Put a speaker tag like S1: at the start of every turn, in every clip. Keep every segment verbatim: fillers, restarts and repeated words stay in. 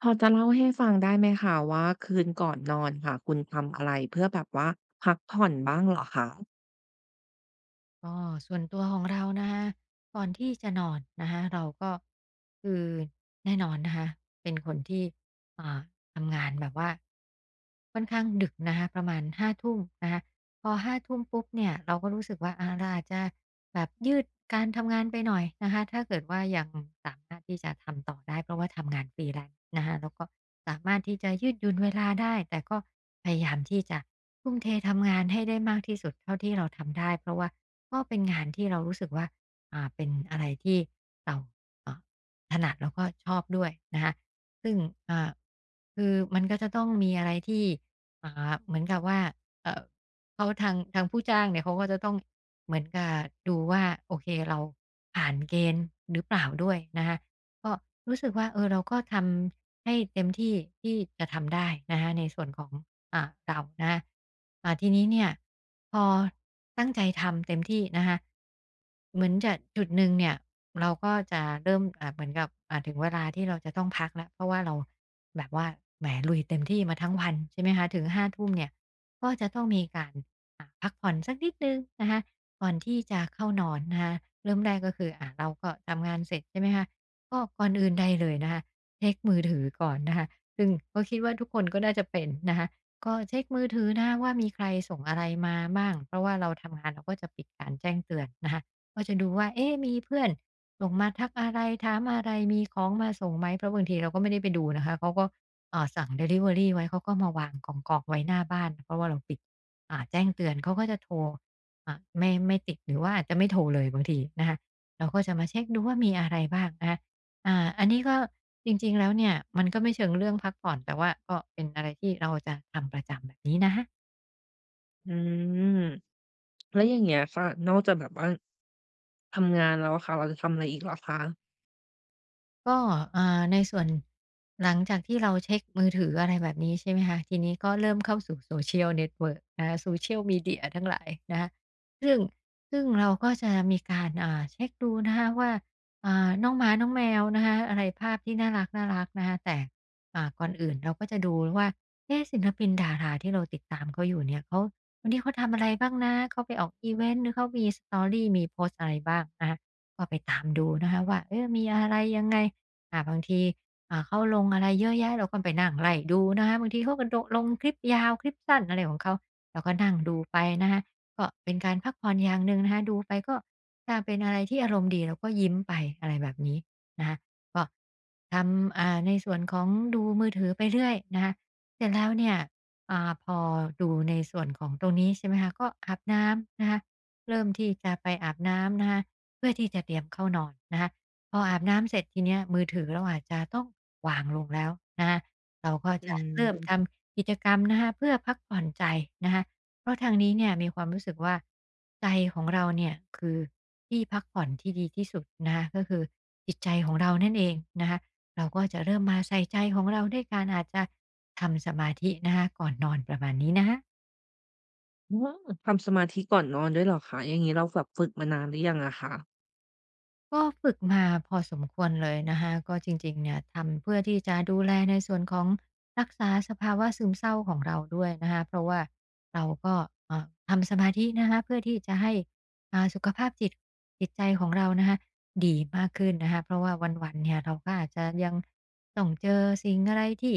S1: พอจะเล่าให้ฟังได้ไหมคะว่าคืนก่อนนอนค่ะคุณทำอะไรเพื่อแบบว่าพักผ่อนบ้างเหรอคะ
S2: ก็ส่วนตัวของเรานะคะก่อนที่จะนอนนะคะเราก็คือแน่นอนนะคะเป็นคนที่อ่าทำงานแบบว่าค่อนข้างดึกนะคะประมาณห้าทุ่มนะคะพอห้าทุ่มปุ๊บเนี่ยเราก็รู้สึกว่าอาเราอาจจะแบบยืดการทำงานไปหน่อยนะคะถ้าเกิดว่ายังสามารถที่จะทำต่อได้เพราะว่าทำงาน f r e e l a n c นะคะแล้วก็สามารถที่จะยืดหยุ่นเวลาได้แต่ก็ พยายามที่จะทุ่มเททำงานให้ได้มากที่สุดเท่าที่เราทำได้เพราะว่าก็เป็นงานที่เรารู้สึกว่าอ่าเป็นอะไรที่เราเอ่าถนัดแล้วก็ชอบด้วยนะคะซึ่งอ่าคือมันก็จะต้องมีอะไรที่อ่าเหมือนกับว่าเอ่อเขาทางทางผู้จ้างเนี่ยเขาก็จะต้องเหมือนกับดูว่าโอเคเราผ่านเกณฑ์หรือเปล่าด้วยนะคะก็รู้สึกว่าเออเราก็ทำให้เต็มที่ที่จะทำได้นะคะในส่วนของ อ่าเรานะคะอ่าทีนี้เนี่ยพอตั้งใจทำเต็มที่นะคะเหมือนจะจุดหนึ่งเนี่ยเราก็จะเริ่มอ่าเหมือนกับอ่าถึงเวลาที่เราจะต้องพักแล้วเพราะว่าเราแบบว่าแหมลุยเต็มที่มาทั้งวันใช่ไหมคะถึงห้าทุ่มเนี่ยก็จะต้องมีการอ่าพักผ่อนสักนิดนึงนะคะก่อนที่จะเข้านอนนะคะเริ่มแรกก็คืออ่าเราก็ทำงานเสร็จใช่ไหมคะก็ก่อนอื่นใดเลยนะคะเช็คมือถือก่อนนะคะซึ่งก็คิดว่าทุกคนก็น่าจะเป็นนะคะ ก็เช็คมือถือนะว่ามีใครส่งอะไรมาบ้างเพราะว่าเราทำงานเราก็จะปิดการแจ้งเตือนนะคะก็จะดูว่าเอ๊ะมีเพื่อนส่งมาทักอะไรถามอะไรมีของมาส่งไหมเพราะบางทีเราก็ไม่ได้ไปดูนะคะเขาก็เอ่าสั่งดิลิเวอรีไว้เขาก็มาวางกองๆไว้หน้าบ้านเพราะว่าเราปิดอ่าแจ้งเตือนเขาก็จะโทรอ่าไม่ไม่ติดหรือว่าอาจจะไม่โทรเลยบางทีนะคะเราก็จะมาเช็กดูว่ามีอะไรบ้างนะคะ อ่าอันนี้ก็จริงๆแล้วเนี่ยมันก็ไม่เชิงเรื่องพักผ่อนแต่ว่าก็เป็นอะไรที่เราจะทำประจำแบบนี้นะ
S1: อืมแล้วอย่างเงี้ยค่ะนอกจากแบบว่าทำงานแล้วอะค่ะเราจะทำอะไรอีกเหรอคะ
S2: ก็อ่าในส่วนหลังจากที่เราเช็กมือถืออะไรแบบนี้ใช่ไหมคะทีนี้ก็เริ่มเข้าสู่ Social Network นะคะ Social Media ทั้งหลายนะคะซึ่งซึ่งเราก็จะมีการอ่าเช็กดูนะคะว่าอ่าน้องหมา น้องแมวนะคะอะไรภาพที่น่ารักๆนะคะแต่อ่าก่อนอื่นเราก็จะดูว่าเอ๊ะศิลปินดาราที่เราติดตามเขาอยู่เนี่ยเขาวันนี้เขาทำอะไรบ้างนะเขาไปออกอิเวนต์หรือเขามี Story มีโพสต์อะไรบ้างนะคะก็ไปตามดูนะคะว่าเออมีอะไรยังไง อ่าบางทีอ่าเขาลงอะไรเยอะแยะเราก็ไปนั่งไล่ดูนะคะบางทีเขาก็โดะลงคลิปยาวคลิปสั้นอะไรของเขาเราก็นั่งดูไปนะคะก็เป็นการพักผ่อนอย่างหนึ่งนะคะดูไปก็ถ้าเป็นอะไรที่อารมณ์ดีเราก็ยิ้มไปอะไรแบบนี้นะคะก็ทำอ่าในส่วนของดูมือถือไปเรื่อยนะคะเสร็จแล้วเนี่ยอ่าพอดูในส่วนของตรงนี้ใช่ไหมคะก็อาบน้ำนะคะเริ่มที่จะไปอาบน้ำนะคะเพื่อที่จะเตรียมเข้านอนนะคะ พออาบน้ำเสร็จทีเนี้ยมือถือเราอาจจะต้องวางลงแล้วนะคะเราก็
S1: อื
S2: จะ
S1: ม
S2: เริ่มท
S1: อ
S2: ำกิจกรรมนะคะเพื่อพักผ่อนใจนะคะเพราะทางนี้เนี่ยมีความรู้สึกว่าใจของเราเนี่ยคือที่พักผ่อนที่ดีที่สุดนะคะก็คือจิตใจของเรานั่นเองนะคะเราก็จะเริ่มมาใส่ใจของเราด้วยการอาจจะทำสมาธินะคะก่อนนอนประมาณนี้นะคะ
S1: ืมทำสมาธิก่อนนอนด้วยเหรอคะอย่างงี้เราแบบฝึกมานานหรือยังอะคะ
S2: ก็ฝึกมาพอสมควรเลยนะคะก็จริงๆเนี่ยทำเพื่อที่จะดูแลในส่วนของรักษาสภาวะซึมเศร้าของเราด้วยนะคะเพราะว่าเราก็เอ่อทำสมาธินะคะเพื่อที่จะให้อ่าสุขภาพจิตจิตใจของเรานะคะดีมากขึ้นนะคะเพราะว่าวันๆเนี่ยเราก็อาจจะยังต้องเจอสิ่งอะไรที่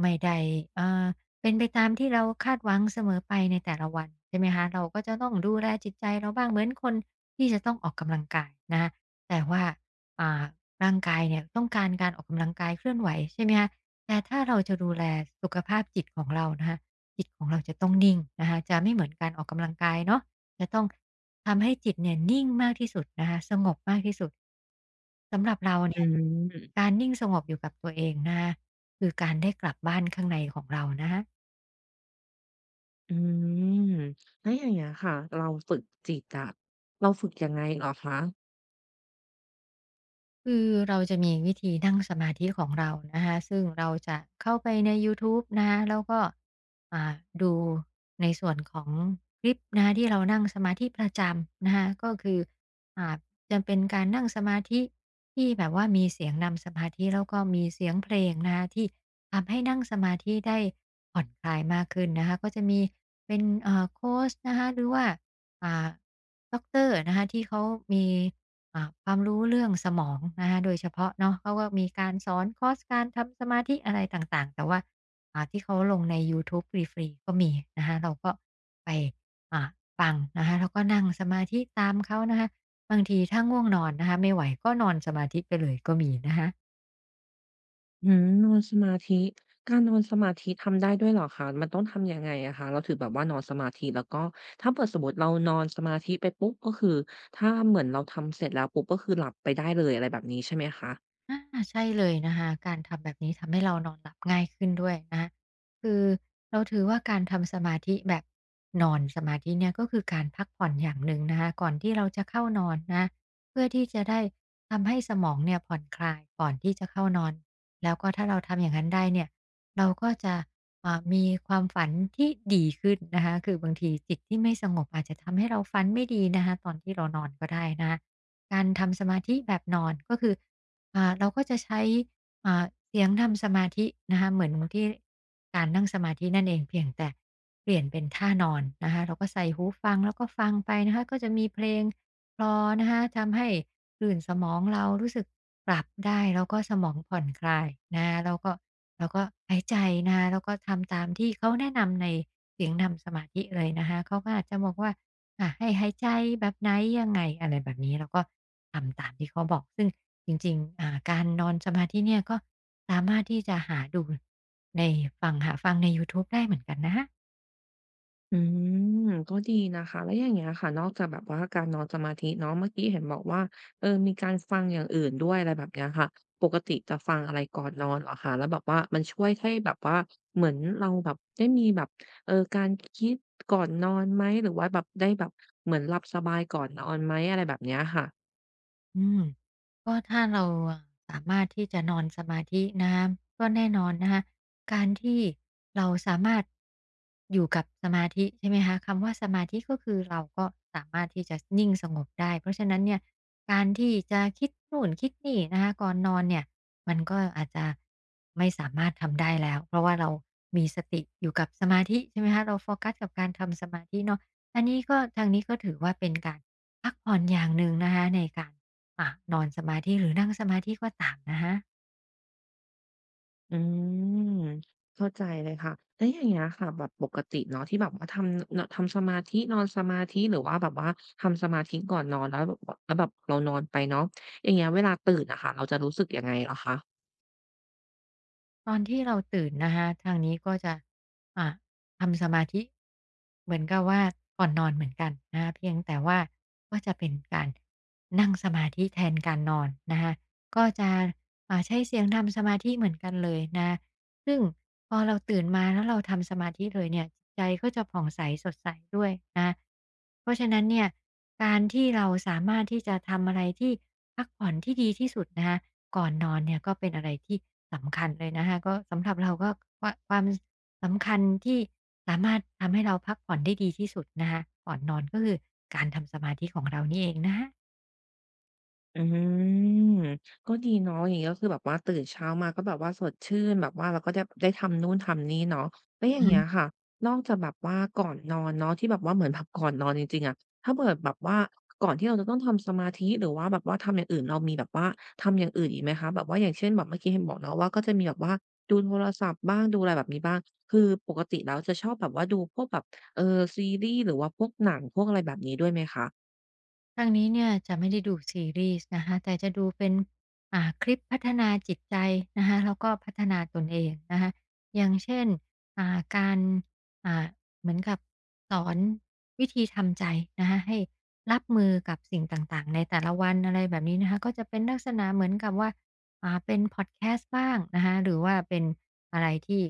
S2: ไม่ได้เอ่าเป็นไปตามที่เราคาดหวังเสมอไปในแต่ละวันใช่ไหมคะเราก็จะต้องดูแลจิตใจเราบ้างเหมือนคนที่จะต้องออกกำลังกายนะคะ แต่ว่าอ่าร่างกายเนี่ยต้องการการออกกำลังกายเคลื่อนไหวใช่ไหมคะแต่ถ้าเราจะดูแลสุขภาพจิตของเรานะคะจิตของเราจะต้องนิ่งนะคะจะไม่เหมือนการออกกำลังกายเนาะจะต้องทำให้จิตเนี่ยนิ่งมากที่สุดนะคะสงบมากที่สุดสำหรับเรา
S1: อื
S2: เนี่ย
S1: ม
S2: การนิ่งสงบอยู่กับตัวเองนะคะคือการได้กลับบ้านข้างในของเรานะคะ
S1: อืมแล้วอย่างเงี้ยค่ะเราฝึกจิตอะเราฝึกยังไงเหรอคะ
S2: คือเราจะมีวิธีนั่งสมาธิของเรานะคะซึ่งเราจะเข้าไปในยูทูบนะคะแล้วก็อ่าดูในส่วนของคลิปนะคะที่เรานั่งสมาธิประจำนะคะก็คืออ่าจะเป็นการนั่งสมาธิที่แบบว่ามีเสียงนำสมาธิแล้วก็มีเสียงเพลงนะคะที่ทำให้นั่งสมาธิได้ผ่อนคลายมากขึ้นนะคะก็จะมีเป็นเอ่อโคชนะคะหรือว่าอ่าด็อกเตอร์นะคะที่เขามี อ่าความรู้เรื่องสมองนะคะโดยเฉพาะเนาะเขาก็มีการสอนคอร์สการทำสมาธิอะไรต่างๆแต่ว่าอ่าที่เขาลงในยูทูบฟรีๆก็มีนะคะเราก็ไปอ่าฟังนะคะแล้วก็นั่งสมาธิตามเขานะคะบางทีถ้าง่วงนอนนะคะไม่ไหวก็นอนสมาธิไปเลยก็มีนะคะ
S1: อืมนอนสมาธิการนอนสมาธิทำได้ด้วยเหรอคะมันต้องทำยังไงอะคะเราถึงแบบว่านอนสมาธิแล้วก็ถ้าเผื่อสมมุติเรานอนสมาธิไปปุ๊บก็คือถ้าเหมือนเราทำเสร็จแล้วปุ๊บก็คือหลับไปได้เลยอะไรแบบนี้ใช่ไหมคะ
S2: อาใช่เลยนะคะการทำแบบนี้ทำให้เรานอนหลับง่ายขึ้นด้วยนะคะคือเราถือว่าการทำสมาธิแบบนอนสมาธิเนี่ยก็คือการพักผ่อนอย่างหนึ่งนะคะก่อนที่เราจะเข้านอนนะคะเพื่อที่จะได้ทำให้สมองเนี่ยผ่อนคลายก่อนที่จะเข้านอนแล้วก็ถ้าเราทำอย่างนั้นได้เนี่ยเราก็จะอ่ามีความฝันที่ดีขึ้นนะคะคือบางทีจิตที่ไม่สงบอาจจะทำให้เราฝันไม่ดีนะคะตอนที่เรานอนก็ได้นะคะการทำสมาธิแบบนอนก็คือ อ่าเราก็จะใช้อ่าเสียงทำสมาธินะคะเหมือนที่การนั่งสมาธิ นั่นเองเพียงแต่ เปลี่ยนเป็นท่านอนนะคะเราก็ใส่หูฟังแล้วก็ฟังไปนะคะก็จะมีเพลงรลอนะคะทำให้คลื่นสมองเรารู้สึกปรับได้ แล้วก็สมองผ่อนคลายนะแล้วก็เราก็หายใจนะะแล้วก็ทำตามที่เขาแนะนำในเสียงทำสมาธิเลยนะคะเขาก็อาจจะบอกว่า ค่ะให้หายใจแบบไหนยังไงอะไรแบบนี้เราก็ทำตามที่เขาบอกซึ่งจริงๆอ่าการนอนสมาธิเนี่ยก็สามารถที่จะหาดูในฟังหาฟังในยูทูบได้เหมือนกันนะคะ
S1: อืมก็ดีนะคะแล้วอย่างเงี้ยค่ะนอกจากแบบว่าการนอนสมาธิเนาะเมื่อกี้เห็นบอกว่าเออมีการฟังอย่างอื่นด้วยอะไรแบบเนี้ยค่ะปกติจะฟังอะไรก่อนนอนเหรอคะแล้วแบบว่ามันช่วยให้แบบว่าเหมือนเราแบบได้มีแบบเออการคิดก่อนนอนไหมหรือว่าแบบได้แบบเหมือนหลับสบายก่อนนอนไหมอะไรแบบเนี้ยค่ะ
S2: อืมก็ถ้าเราอะสามารถที่จะนอนสมาธินะคะก็แน่นอนนะคะการที่เราสามารถอยู่กับสมาธิใช่ไหมคะคำว่าสมาธิก็คือเราก็สามารถที่จะนิ่งสงบได้เพราะฉะนั้นเนี่ยการที่จะคิดนู่นคิดนี่นะคะก่อนนอนเนี่ยมันก็อาจจะไม่สามารถทำได้แล้วเพราะว่าเรามีสติอยู่กับสมาธิใช่ไหมคะเราโฟกัสกับการทำสมาธิเนาะอันนี้ก็ทางนี้ก็ถือว่าเป็นการพักผ่อนอย่างหนึ่งนะคะในการ อ่านอนสมาธิหรือนั่งสมาธิก็ตามนะคะ
S1: อืมเข้าใจเลยค่ะแล้วอย่างเงี้ยค่ะแบบปกติเนาะที่แบบว่าทำเนาะทำสมาธินอนสมาธิหรือว่าแบบว่าทำสมาธิก่อนนอนแล้วแบบแล้วแบบเรานอนไปเนาะอย่างเงี้ยเวลาตื่นอะค่ะเราจะรู้สึกยังไงเหรอคะ
S2: ตอนที่เราตื่นนะคะทางนี้ก็จะอ่าทำสมาธิเหมือนกับว่าก่อนนอนเหมือนกันนะคะเพียงแต่ว่าก็จะเป็นการนั่งสมาธิแทนการนอนนะคะก็จะอ่าใช้เสียงทำสมาธิเหมือนกันเลยนะคะ ซึ่งพอเราตื่นมาแล้วเราทำสมาธิเลยเนี่ยจิตใจก็จะผ่องใสสดใสด้วยนะเพราะฉะนั้นเนี่ยการที่เราสามารถที่จะทำอะไรที่พักผ่อนที่ดีที่สุดนะคะก่อนนอนเนี่ยก็เป็นอะไรที่สำคัญเลยนะคะก็สำหรับเราก็ควะความสำคัญที่สามารถทำให้เราพักผ่อนได้ดีที่สุดนะคะก่อนนอนก็คือการทำสมาธิของเรานี่เองนะค
S1: อืมก็ดีเนาะอย่างงี้ก็คือแบบว่าตื่นเช้ามาก็แบบว่าสดชื่นแบบว่าเราก็จะได้ทำนู่นทำนี่เนาะแล้วอย่างเงี้ย
S2: ะ
S1: ค่ะนอกจากแบบว่าก่อนนอนเนาะที่แบบว่าเหมือนแบบก่อนนอนจริงๆอะถ้าเกิดแบบว่าก่อนที่เราจะต้องทำสมาธิหรือว่าแบบว่าทำอย่างอื่นเรามีแบบว่าทำอย่างอื่นอีกไหมคะแบบว่าอย่างเช่นแบบเมื่อกี้เห็นบอกเนาะว่าก็จะมีแบบว่าดูโทรศัพท์บ้างดูอะไรแบบนี้บ้างคือปกติแล้วจะชอบแบบว่าดูพวกแบบเอ่อซีรีส์หรือว่าพวกหนังพวกอะไรแบบนี้ด้วยไหมคะ
S2: ทางนี้เนี่ยจะไม่ได้ดูซีรีส์นะคะแต่จะดูเป็นอ่าคลิปพัฒนาจิตใจนะคะแล้วก็พัฒนาตนเองนะคะอย่างเช่นอ่าการอ่าเหมือนกับสอนวิธีทำใจนะคะให้รับมือกับสิ่งต่างๆในแต่ละวันอะไรแบบนี้นะคะก็จะเป็นลักษณะเหมือนกับว่าอ่าเป็นพอดแคสต์บ้างนะคะหรือว่าเป็นอะไรที่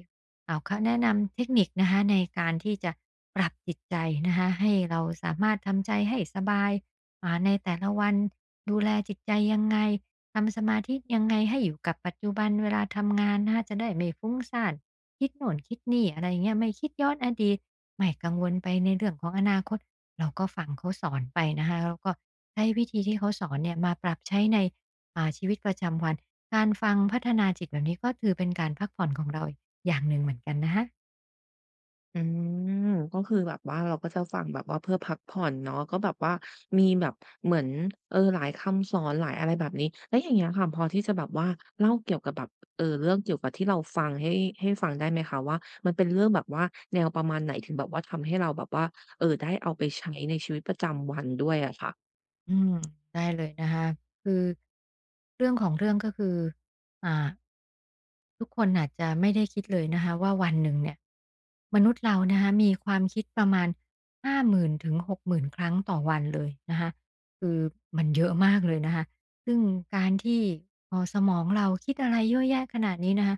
S2: อ่าเขาแนะนำเทคนิคนะคะในการที่จะปรับจิตใจนะคะให้เราสามารถทำใจให้สบาย อ่าในแต่ละวันดูแลจิตใจยังไงทำสมาธิยังไงให้อยู่กับปัจจุบันเวลาทำงานนะคะจะได้ไม่ฟุ้งซ่านคิดโน่นคิดนี่อะไรอย่างเงี้ยไม่คิดย้อนอดีตไม่กังวลไปในเรื่องของอนาคตเราก็ฟังเขาสอนไปนะคะแล้วก็ใช้วิธีที่เขาสอนเนี่ยมาปรับใช้ในอ่าชีวิตประจำวันการฟังพัฒนาจิตแบบนี้ก็ถือเป็นการพักผ่อนของเราอย่างหนึ่งเหมือนกันนะคะ
S1: อืมก็คือแบบว่าเราก็จะฟังแบบว่าเพื่อพักผ่อนเนาะก็แบบว่ามีแบบเหมือนเออหลายคำสอนหลายอะไรแบบนี้แล้วอย่างเงี้ยค่ะพอที่จะแบบว่าเล่าเกี่ยวกับแบบเออเรื่องเกี่ยวกับที่เราฟังให้ให้ฟังได้ไหมคะว่ามันเป็นเรื่องแบบว่าแนวประมาณไหนถึงแบบว่าทำให้เราแบบว่าเออได้เอาไปใช้ในชีวิตประจำวันด้วยอะค่ะ
S2: อืมได้เลยนะคะคือเรื่องของเรื่องก็คืออ่า ทุกคนอาจจะไม่ได้คิดเลยนะคะว่าวันหนึ่งเนี่ยมนุษย์เรานะคะมีความคิดประมาณห้าหมื่นถึงหกหมื่นครั้งต่อวันเลยนะคะคือมันเยอะมากเลยนะคะซึ่งการที่พอสมองเราคิดอะไรเยอะแยะขนาดนี้นะคะ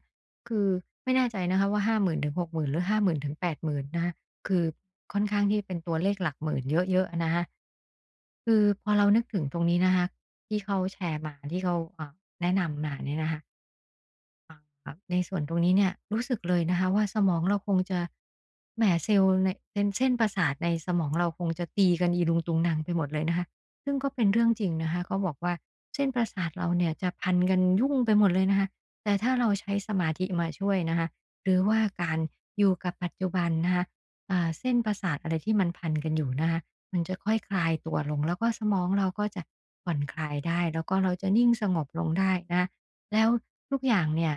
S2: คือไม่แน่ใจนะคะว่าห้าหมื่นถึงหกหมื่นหมื่นหรือห้าหมื่นถึงแปดหมื่นนนะคะคือค่อนข้างที่เป็นตัวเลขหลักหมื่นเยอะๆะนะคะคือพอเรานึกถึงตรงนี้นะคะที่เขาแชร์มาที่เขาอ่าแนะนำมาเนี่ยนะคะ ครับในส่วนตรงนี้เนี่ยรู้สึกเลยนะคะว่าสมองเราคงจะแหมเซลล์ในเส้นเส้นประสาทในสมองเราคงจะตีกันอีรุงตุงนังไปหมดเลยนะคะซึ่งก็เป็นเรื่องจริงนะคะเขาบอกว่าเส้นประสาทเราเนี่ยจะพันกันยุ่งไปหมดเลยนะคะแต่ถ้าเราใช้สมาธิมาช่วยนะคะหรือว่าการอยู่กับปัจจุบันนะคะอ่าเส้นประสาทอะไรที่มันพันกันอยู่นะคะมันจะค่อยคลายตัวลงแล้วก็สมองเราก็จะผ่อนคลายได้แล้วก็เราจะนิ่งสงบลงได้นะแล้วทุกอย่างเนี่ย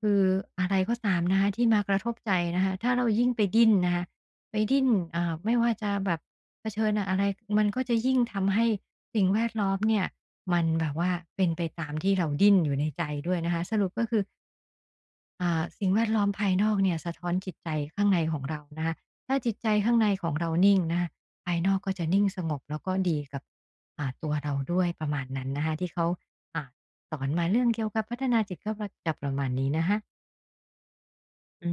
S2: คืออะไรก็ตามนะคะที่มากระทบใจนะคะถ้าเรายิ่งไปดิ้นนะคะไปดิ้นอ่าไม่ว่าจะแบบเผชิญอะไรมันก็จะยิ่งทำให้สิ่งแวดล้อมเนี่ยมันแบบว่าเป็นไปตามที่เราดิ้นอยู่ในใจด้วยนะคะสรุปก็คืออ่าสิ่งแวดล้อมภายนอกเนี่ยสะท้อนจิตใจข้างในของเรานะคะถ้าจิตใจข้างในของเรานิ่งนะคะภายนอกก็จะนิ่งสงบแล้วก็ดีกับอ่าตัวเราด้วยประมาณนั้นนะคะที่เขาอ่าสอนมาเรื่องเกี่ยวกับพัฒนาจิตก็จะประมาณนี้นะคะ
S1: อื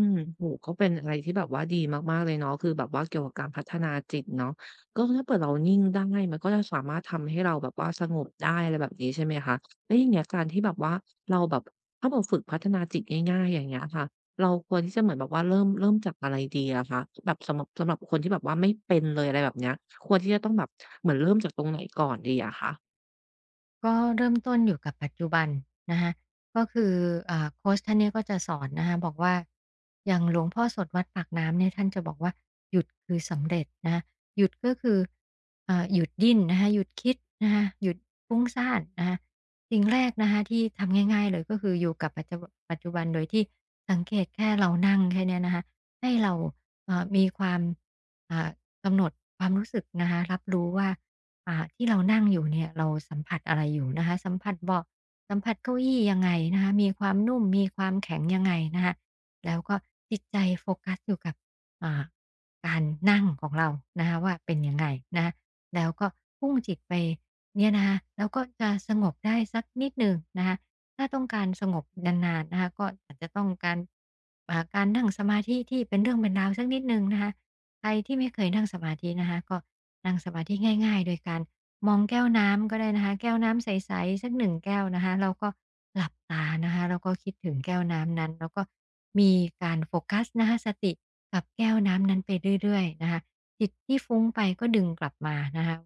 S1: มโหก็เป็นอะไรที่แบบว่าดีมากๆเลยเนาะคือแบบว่าเกี่ยวกับการพัฒนาจิตเนาะก็ถ้าเปื่อเรานิ่งได้มันก็จะสามารถทำให้เราแบบว่าสงบได้อะไรแบบนี้ใช่ไหมคะแล้วอย่างเงี้ยการที่แบบว่าเราแบบถ้าเราฝึกพัฒนาจิตง่ายๆอย่างเงี้ยค่ะเราควรที่จะเหมือนแบบว่าเริ่มเริ่มจากอะไรดีอะคะแบบสำหรับสำหรับคนที่แบบว่าไม่เป็นเลยอะไรแบบเนี้ยควรที่จะต้องแบบเหมือนเริ่มจากตรงไหนก่อนดีอะคะ
S2: ก็เริ่มต้นอยู่กับปัจจุบันนะคะก็คืออ่าโคชท่านเนี้ยก็จะสอนนะคะบอกว่าอย่างหลวงพ่อสดวัดปากน้ำเนี่ยท่านจะบอกว่าหยุดคือสำเร็จนะคะหยุดก็คืออ่าหยุดดิ้นนะคะหยุดคิดนะคะหยุดฟุ้งซ่านนะคะสิ่งแรกนะคะที่ทำง่ายๆเลยก็คืออยู่กับปัจจุปัจจุบันโดยที่สังเกตแค่เรานั่งแค่เนี้ยนะคะให้เราเอ่อมีความอ่ากำหนดความรู้สึกนะคะรับรู้ว่า อ่าที่เรานั่งอยู่เนี่ยเราสัมผัสอะไรอยู่นะคะสัมผัสเบาะสัมผัสเก้าอี้ยังไงนะคะมีความนุ่มมีความแข็งยังไงนะคะแล้วก็จิตใจโฟกัสอยู่กับอ่าการนั่งของเรานะคะว่าเป็นยังไงนะคะแล้วก็พุ่งจิตไปเนี่ยนะคะแล้วก็จะสงบได้สักนิดหนึ่งนะคะถ้าต้องการสงบนานๆนะคะก็อาจจะต้องการอ่าการนั่งสมาธิที่เป็นเรื่องเป็นราวสักนิดหนึ่งนะคะ ใครที่ไม่เคยนั่งสมาธินะคะก็นั่งสมาธิง่ายๆโดยการมองแก้วน้ำก็ได้นะคะแก้วน้ำใสๆสักหนึ่งแก้วนะคะแล้วก็หลับตานะคะแล้วก็คิดถึงแก้วน้ำนั้นแล้วก็มีการโฟกัสนะคะสติกับแก้วน้ำนั้นไปเรื่อยๆนะคะจิตที่ฟุ้งไปก็ดึงกลับมานะคะ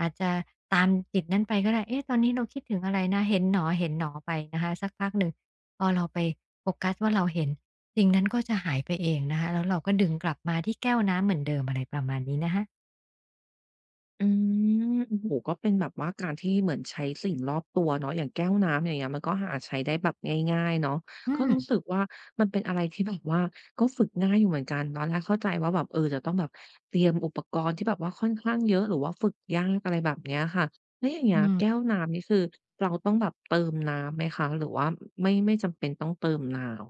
S2: อาจจะตามจิตนั้นไปก็ได้เอ๊ะตอนนี้เราคิดถึงอะไรนะ เห็นหนอเห็นหนอไปนะคะสักพักหนึ่งพอเราไปโฟกัสว่าเราเห็นสิ่งนั้นก็จะหายไปเองนะคะ แล้วเราก็ดึงกลับมาที่แก้วน้ำเหมือนเดิมอะไรประมาณนี้นะคะ
S1: อืมโอ้โฮก็เป็นแบบว่าการที่เหมือนใช้สิ่งรอบตัวเนาะอย่างแก้วน้ำอย่างเงี้ยมันก็หาใช้ได้แบบง่ายๆเนาะ
S2: อื
S1: ก็
S2: ม
S1: รู้สึกว่ามันเป็นอะไรที่แบบว่าก็ฝึกง่ายอยู่เหมือนกันตอนแรกเข้าใจว่าแบบเออจะต้องแบบเตรียมอุปกรณ์ที่แบบว่าค่อนข้างเยอะหรือว่าฝึกยากอะไรแบบเนี้ยค่ะแล้วอย่างเงี้
S2: อื
S1: ยแก้ว
S2: ม
S1: น้ำนี่คือเราต้องแบบเติมน้ำไหมคะหรือว่าไม่ไม่จำเป็นต้องเติมน้ำ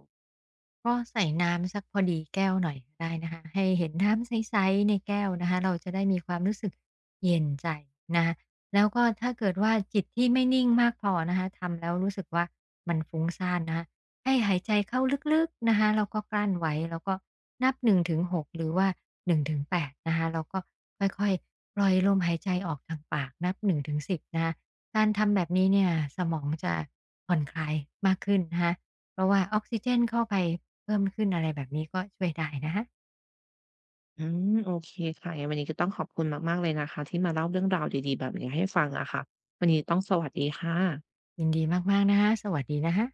S2: ก็ใส่น้ำสักพอดีแก้วหน่อยก็ได้นะคะให้เห็นน้ำใสๆในแก้วนะคะเราจะได้มีความรู้สึกเย็นใจนะคะแล้วก็ถ้าเกิดว่าจิตที่ไม่นิ่งมากพอนะคะทำแล้วรู้สึกว่ามันฟุ้งซ่านนะคะให้หายใจเข้าลึกๆนะคะแล้วก็กลั้นไว้แล้วก็นับหนึ่งถึงหกหกหรือว่าหนึ่งถึงแปดนงถึงแปดนะคะแล้วก็ค่อยๆปล่อยลมหายใจออกทางปากนับหนึ่งถึงสิบนงถึงสิบนะคะการทำแบบนี้เนี่ยสมองจะผ่อนคลายมากขึ้นนะคะเพราะว่าออกซิเจนเข้าไป เพิ่มขึ้นอะไรแบบนี้ก็ช่วยได้นะฮะ
S1: อืมโอเคค่ะยังไงวันนี้ก็ต้องขอบคุณมากๆเลยนะคะที่มาเล่าเรื่องราวดีๆแบบนี้ให้ฟังอะค่ะวันนี้ต้องสวัสดีค่ะ
S2: ยินดีมากๆนะคะสวัสดีนะคะ